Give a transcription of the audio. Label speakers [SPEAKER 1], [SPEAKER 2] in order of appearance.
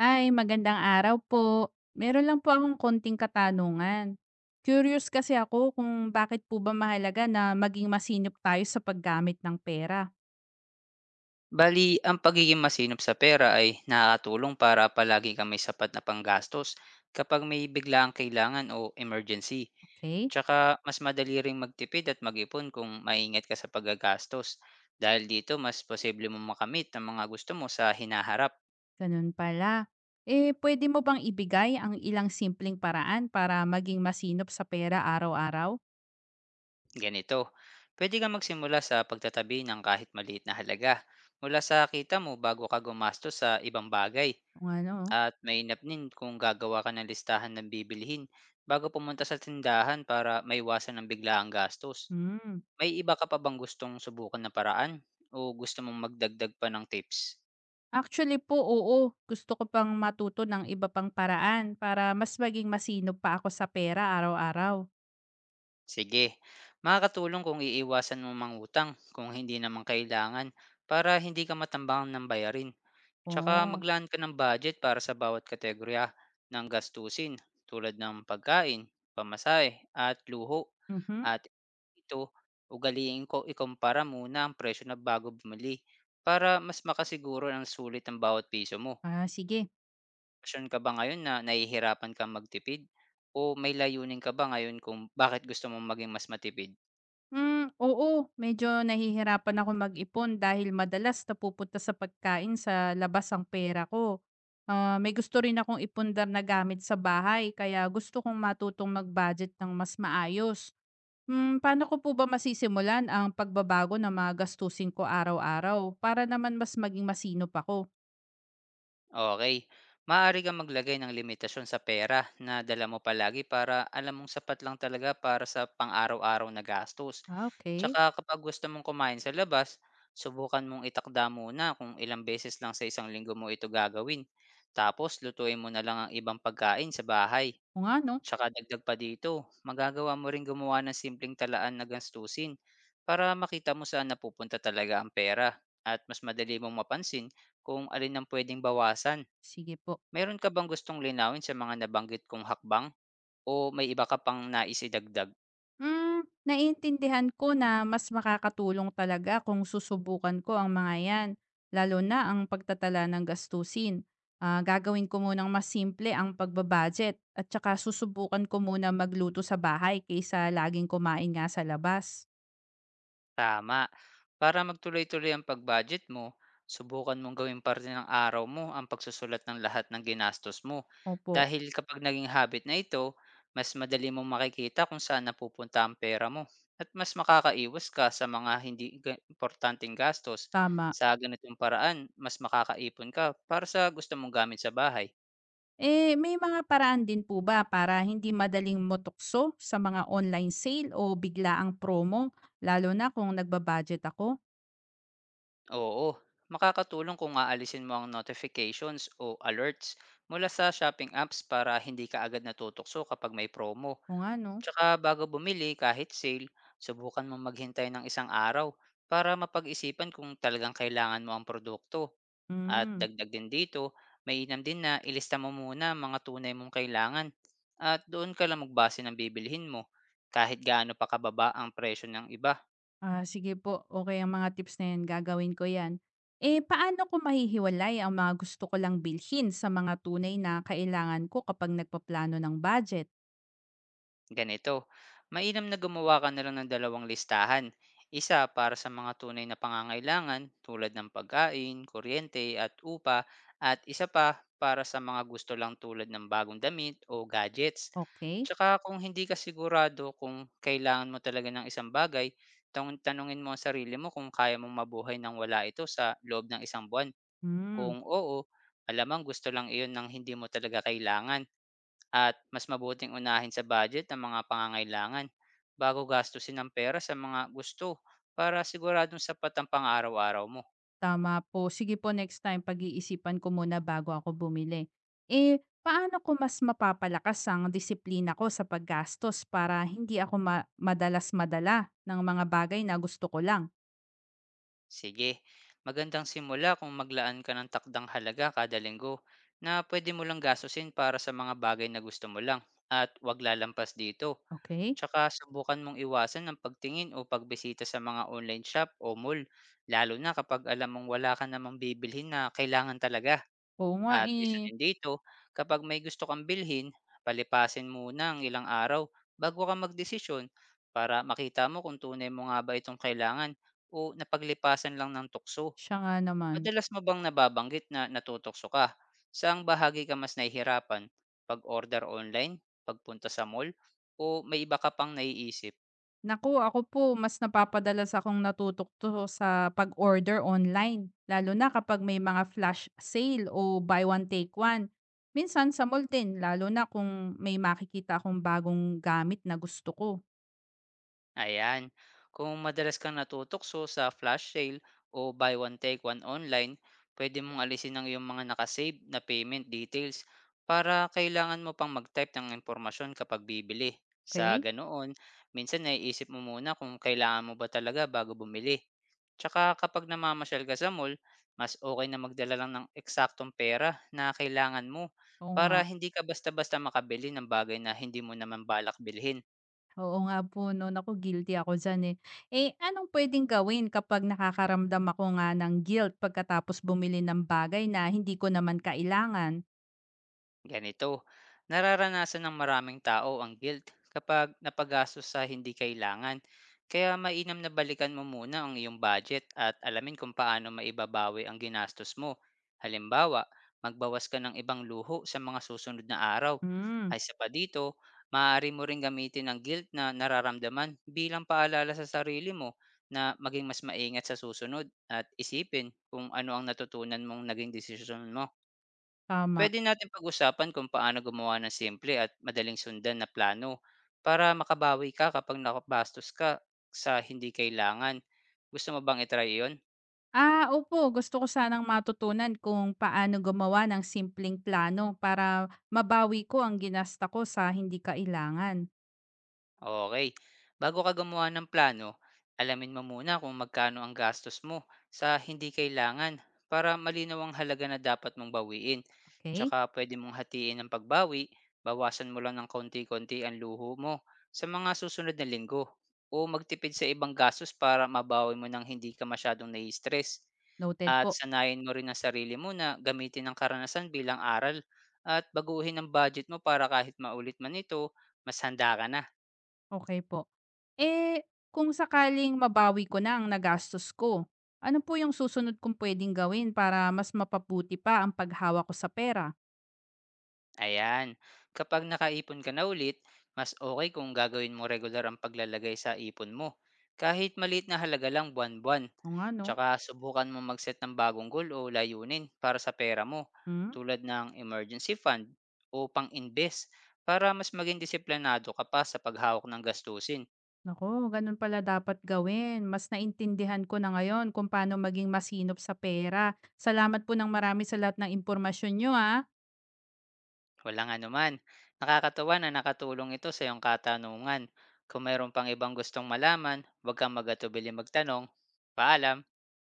[SPEAKER 1] Ay, magandang araw po. Meron lang po akong konting katanungan. Curious kasi ako kung bakit po ba mahalaga na maging masinop tayo sa paggamit ng pera.
[SPEAKER 2] Bali, ang pagiging masinop sa pera ay nakakatulong para palagi kang may sapat na panggastos kapag may biglaang kailangan o emergency.
[SPEAKER 1] Okay?
[SPEAKER 2] Tsaka mas madali ring magtipid at mag-ipon kung maingat ka sa paggagastos. Dahil dito, mas posible mong makamit ang mga gusto mo sa hinaharap.
[SPEAKER 1] Ganun pala. Eh, pwede mo bang ibigay ang ilang simpleng paraan para maging masinop sa pera araw-araw?
[SPEAKER 2] Ganito, pwede kang magsimula sa pagtatabi ng kahit maliit na halaga mula sa kita mo bago ka gumastos sa ibang bagay.
[SPEAKER 1] Kung ano? Oh.
[SPEAKER 2] At mainam din kung gagawa ka ng listahan ng bibilhin bago pumunta sa tindahan para maiwasan ang biglaang gastos.
[SPEAKER 1] Hmm.
[SPEAKER 2] May iba ka pa bang gustong subukan na paraan o gusto mong magdagdag pa ng tips?
[SPEAKER 1] Actually po, oo. Gusto ko pang matuto ng iba pang paraan para mas maging masinop pa ako sa pera araw-araw.
[SPEAKER 2] Sige, makakatulong kung iiwasan mo mangutang kung hindi naman kailangan para hindi ka matambang ng bayarin. Tsaka
[SPEAKER 1] Oo.
[SPEAKER 2] maglaan ka ng budget para sa bawat kategorya ng gastusin, tulad ng pagkain, pamasahe at luho.
[SPEAKER 1] Mhm.
[SPEAKER 2] At ito, ugaliin ko ikumpara muna ang presyo na bago bumili para mas makasiguro ng sulit ang bawat piso mo.
[SPEAKER 1] Ah, sige.
[SPEAKER 2] Pasyon ka ba ngayon na nahihirapan kang magtipid? O may layunin ka ba ngayon kung bakit gusto mong maging mas matipid?
[SPEAKER 1] Hmm, oo. Medyo nahihirapan akong mag-ipon dahil madalas napupunta sa pagkain sa labas ang pera ko. Ah, may gusto rin akong ipundar na gamit sa bahay kaya gusto kong matutong mag-budget ng mas maayos. Paano ko po ba masisimulan ang pagbabago ng mga gastusin ko araw-araw para naman mas maging masinop ako?
[SPEAKER 2] Okay, maaari kang maglagay ng limitasyon sa pera na dala mo palagi para alam mong sapat lang talaga para sa pang-araw-araw na gastos.
[SPEAKER 1] Ah, okay.
[SPEAKER 2] Tsaka kapag gusto mong kumain sa labas, subukan mong itakda muna kung ilang beses lang sa isang linggo mo ito gagawin. Tapos lutuin mo na lang ang ibang pagkain sa bahay.
[SPEAKER 1] O nga, no?
[SPEAKER 2] Tsaka dagdag pa dito, magagawa mo ring gumawa ng simpleng talaan na gastusin para makita mo saan napupunta talaga ang pera, at mas madali mong mapansin kung alin ang puwedeng bawasan.
[SPEAKER 1] Sige po.
[SPEAKER 2] Meron ka bang gustong linawin sa mga nabanggit kong hakbang o may iba ka pang nais idagdag?
[SPEAKER 1] Naiintindihan ko na mas makakatulong talaga kung susubukan ko ang mga yan, lalo na ang pagtatala ng gastusin. Ah, gagawin ko munang mas simple ang pagbabudget at saka susubukan ko muna magluto sa bahay kaysa laging kumain nga sa labas.
[SPEAKER 2] Tama, para magtuloy-tuloy ang pag-budget mo, subukan mong gawing parte ng araw mo ang pagsusulat ng lahat ng ginastos mo.
[SPEAKER 1] Opo,
[SPEAKER 2] Dahil kapag naging habit na ito, mas madali mong makikita kung saan napupunta ang pera mo at mas makakaiwas ka sa mga importanteng gastos.
[SPEAKER 1] tama.
[SPEAKER 2] Sa ganitong paraan, mas makakaipon ka para sa gusto mong gamit sa bahay.
[SPEAKER 1] Eh, may mga paraan din po ba para hindi madaling motokso sa mga online sale o bigla ang promo, lalo na kung nagbabudget ako?
[SPEAKER 2] Oo, makakatulong kung aalisin mo ang notifications o alerts mula sa shopping apps para hindi ka agad natutokso kapag may promo.
[SPEAKER 1] O nga, no?
[SPEAKER 2] Tsaka bago bumili kahit sale, subukan mo maghintay ng isang araw para mapag-isipan kung talagang kailangan mo ang produkto. At
[SPEAKER 1] Hmm.
[SPEAKER 2] dagdag din dito, mainam din na ilista mo muna ang mga tunay mong kailangan at doon ka lang magbase ng bibilhin mo, kahit gaano pa kababa ang presyo ng iba.
[SPEAKER 1] Ah, sige po, okay ang mga tips na 'yan, gagawin ko 'yan. Eh, paano ko mahihiwalay ang mga gusto ko lang bilhin sa mga tunay na kailangan ko kapag nagpaplano ng budget?
[SPEAKER 2] Ganito, mainam na gumawa ka na lang ng dalawang listahan. Isa para sa mga tunay na pangangailangan, tulad ng pagkain, kuryente at upa, at isa pa para sa mga gusto lang, tulad ng bagong damit o gadgets.
[SPEAKER 1] Okay.
[SPEAKER 2] Tsaka kung hindi ka sigurado kung kailangan mo talaga ng isang bagay, tanungin mo ang sarili mo kung kaya mong mabuhay nang wala ito sa loob ng isang buwan.
[SPEAKER 1] hmm,
[SPEAKER 2] Kung oo, alamang gusto lang iyon ng hindi mo talaga kailangan, at mas mabuting unahin sa budget ang mga pangangailangan bago gastusin ang pera sa mga gusto para siguradong sapat ang pang-araw-araw mo.
[SPEAKER 1] Tama po. Sige po, next time pag-iisipan ko muna bago ako bumili. Eh, paano ko mas mapapalakas ang disiplina ko sa paggastos para hindi ako ma madalas madala ng mga bagay na gusto ko lang?
[SPEAKER 2] Sige, magandang simula kung maglaan ka ng takdang halaga kada linggo na pwede mo lang gastusin para sa mga bagay na gusto mo lang, at wag lalampas dito.
[SPEAKER 1] Okay.
[SPEAKER 2] Tsaka subukan mong iwasan ang pagtingin o pagbisita sa mga online shop o mall, lalo na kapag alam mong wala ka namang bibilhin na kailangan talaga.
[SPEAKER 1] Oo nga,
[SPEAKER 2] At isa
[SPEAKER 1] eh,
[SPEAKER 2] din dito, kapag may gusto kang bilhin, palipasin muna ang ilang araw bago ka magdesisyon para makita mo kung tunay mo nga ba itong kailangan o napaglipasan lang ng tukso.
[SPEAKER 1] siya nga naman.
[SPEAKER 2] Madalas mo bang nababanggit na natutokso ka? Saang bahagi ka mas nahihirapan? Pag-order online, pagpunta sa mall, o may iba ka pang naiisip?
[SPEAKER 1] Naku, ako po mas napapadalas akong natutukto sa pag-order online, lalo na kapag may mga flash sale o buy one take one. Minsan sa mall din, lalo na kung may makikita akong bagong gamit na gusto ko.
[SPEAKER 2] Ayan. Kung madalas kang natutokso sa flash sale o buy one take one online, pwede mong alisin ang iyong mga nakasave na payment details para kailangan mo pang mag-type ng impormasyon kapag bibili. Sa
[SPEAKER 1] Okay?
[SPEAKER 2] ganoon, minsan naiisip mo muna kung kailangan mo ba talaga bago bumili. Tsaka kapag namamasyal ka sa mall, mas okay na magdala lang ng eksaktong pera na kailangan mo
[SPEAKER 1] Oo nga.
[SPEAKER 2] para hindi ka basta-basta makabili ng bagay na hindi mo naman balak bilhin.
[SPEAKER 1] Oo nga po, no. Naku, guilty ako dyan eh. Eh, anong pwedeng gawin kapag nakakaramdam ako nga ng guilt pagkatapos bumili ng bagay na hindi ko naman kailangan?
[SPEAKER 2] Ganito, nararanasan ng maraming tao ang guilt kapag napagastos sa hindi kailangan. Kaya mainam na balikan mo muna ang iyong budget at alamin kung paano maibabawi ang ginastos mo. Halimbawa, magbawas ka ng ibang luho sa mga susunod na araw.
[SPEAKER 1] Hmm,
[SPEAKER 2] Ay sa pa dito, maaari mo ring gamitin ang guilt na nararamdaman bilang paalala sa sarili mo na maging mas maingat sa susunod at isipin kung ano ang natutunan mong naging desisyon mo.
[SPEAKER 1] Tama.
[SPEAKER 2] Puwede natin pag-usapan kung paano gumawa ng simple at madaling sundan na plano para makabawi ka kapag nakabastos ka sa hindi kailangan. Gusto mo bang iyon?
[SPEAKER 1] Ah, opo. Gusto ko sanang matutunan kung paano gumawa ng simpleng plano para mabawi ko ang ginasta ko sa hindi kailangan.
[SPEAKER 2] Okay. Bago ka gumawa ng plano, alamin mo muna kung magkano ang gastos mo sa hindi kailangan para malinaw ang halaga na dapat mong bawiin.
[SPEAKER 1] Okay?
[SPEAKER 2] Tsaka pwede mong hatiin ang pagbawi, bawasan mo lang ng konti-konti ang luho mo sa mga susunod na linggo o magtipid sa ibang gastos para mabawi mo ng hindi ka masyadong nai-stress.
[SPEAKER 1] Noted
[SPEAKER 2] At
[SPEAKER 1] po.
[SPEAKER 2] sanayin mo rin ang sarili mo na gamitin ang karanasan bilang aral at baguhin ang budget mo para kahit maulit man ito, mas handa ka na.
[SPEAKER 1] Okay po. Eh, kung sakaling mabawi ko na ang nagastos ko, ano po yung susunod kong pwedeng gawin para mas mapabuti pa ang paghawa ko sa pera?
[SPEAKER 2] Ayan, kapag nakaipon ka na ulit, mas okay kung gagawin mo regular ang paglalagay sa ipon mo. Kahit maliit na halaga lang buwan-buwan.
[SPEAKER 1] O nga, no?
[SPEAKER 2] Tsaka subukan mo mag-set ng bagong goal o layunin para sa pera mo,
[SPEAKER 1] Hmm?
[SPEAKER 2] tulad ng emergency fund o pang-invest, para mas maging disiplinado ka pa sa paghawak ng gastusin.
[SPEAKER 1] Nako, ganun pala dapat gawin. Mas naintindihan ko na ngayon kung paano maging masinop sa pera. Salamat po ng marami sa lahat ng impormasyon nyo, ah.
[SPEAKER 2] Walang anuman. Nakakatawa na nakatulong ito sa iyong katanungan. Kung mayroon pang ibang gustong malaman, huwag kang magatubili magtanong. Paalam!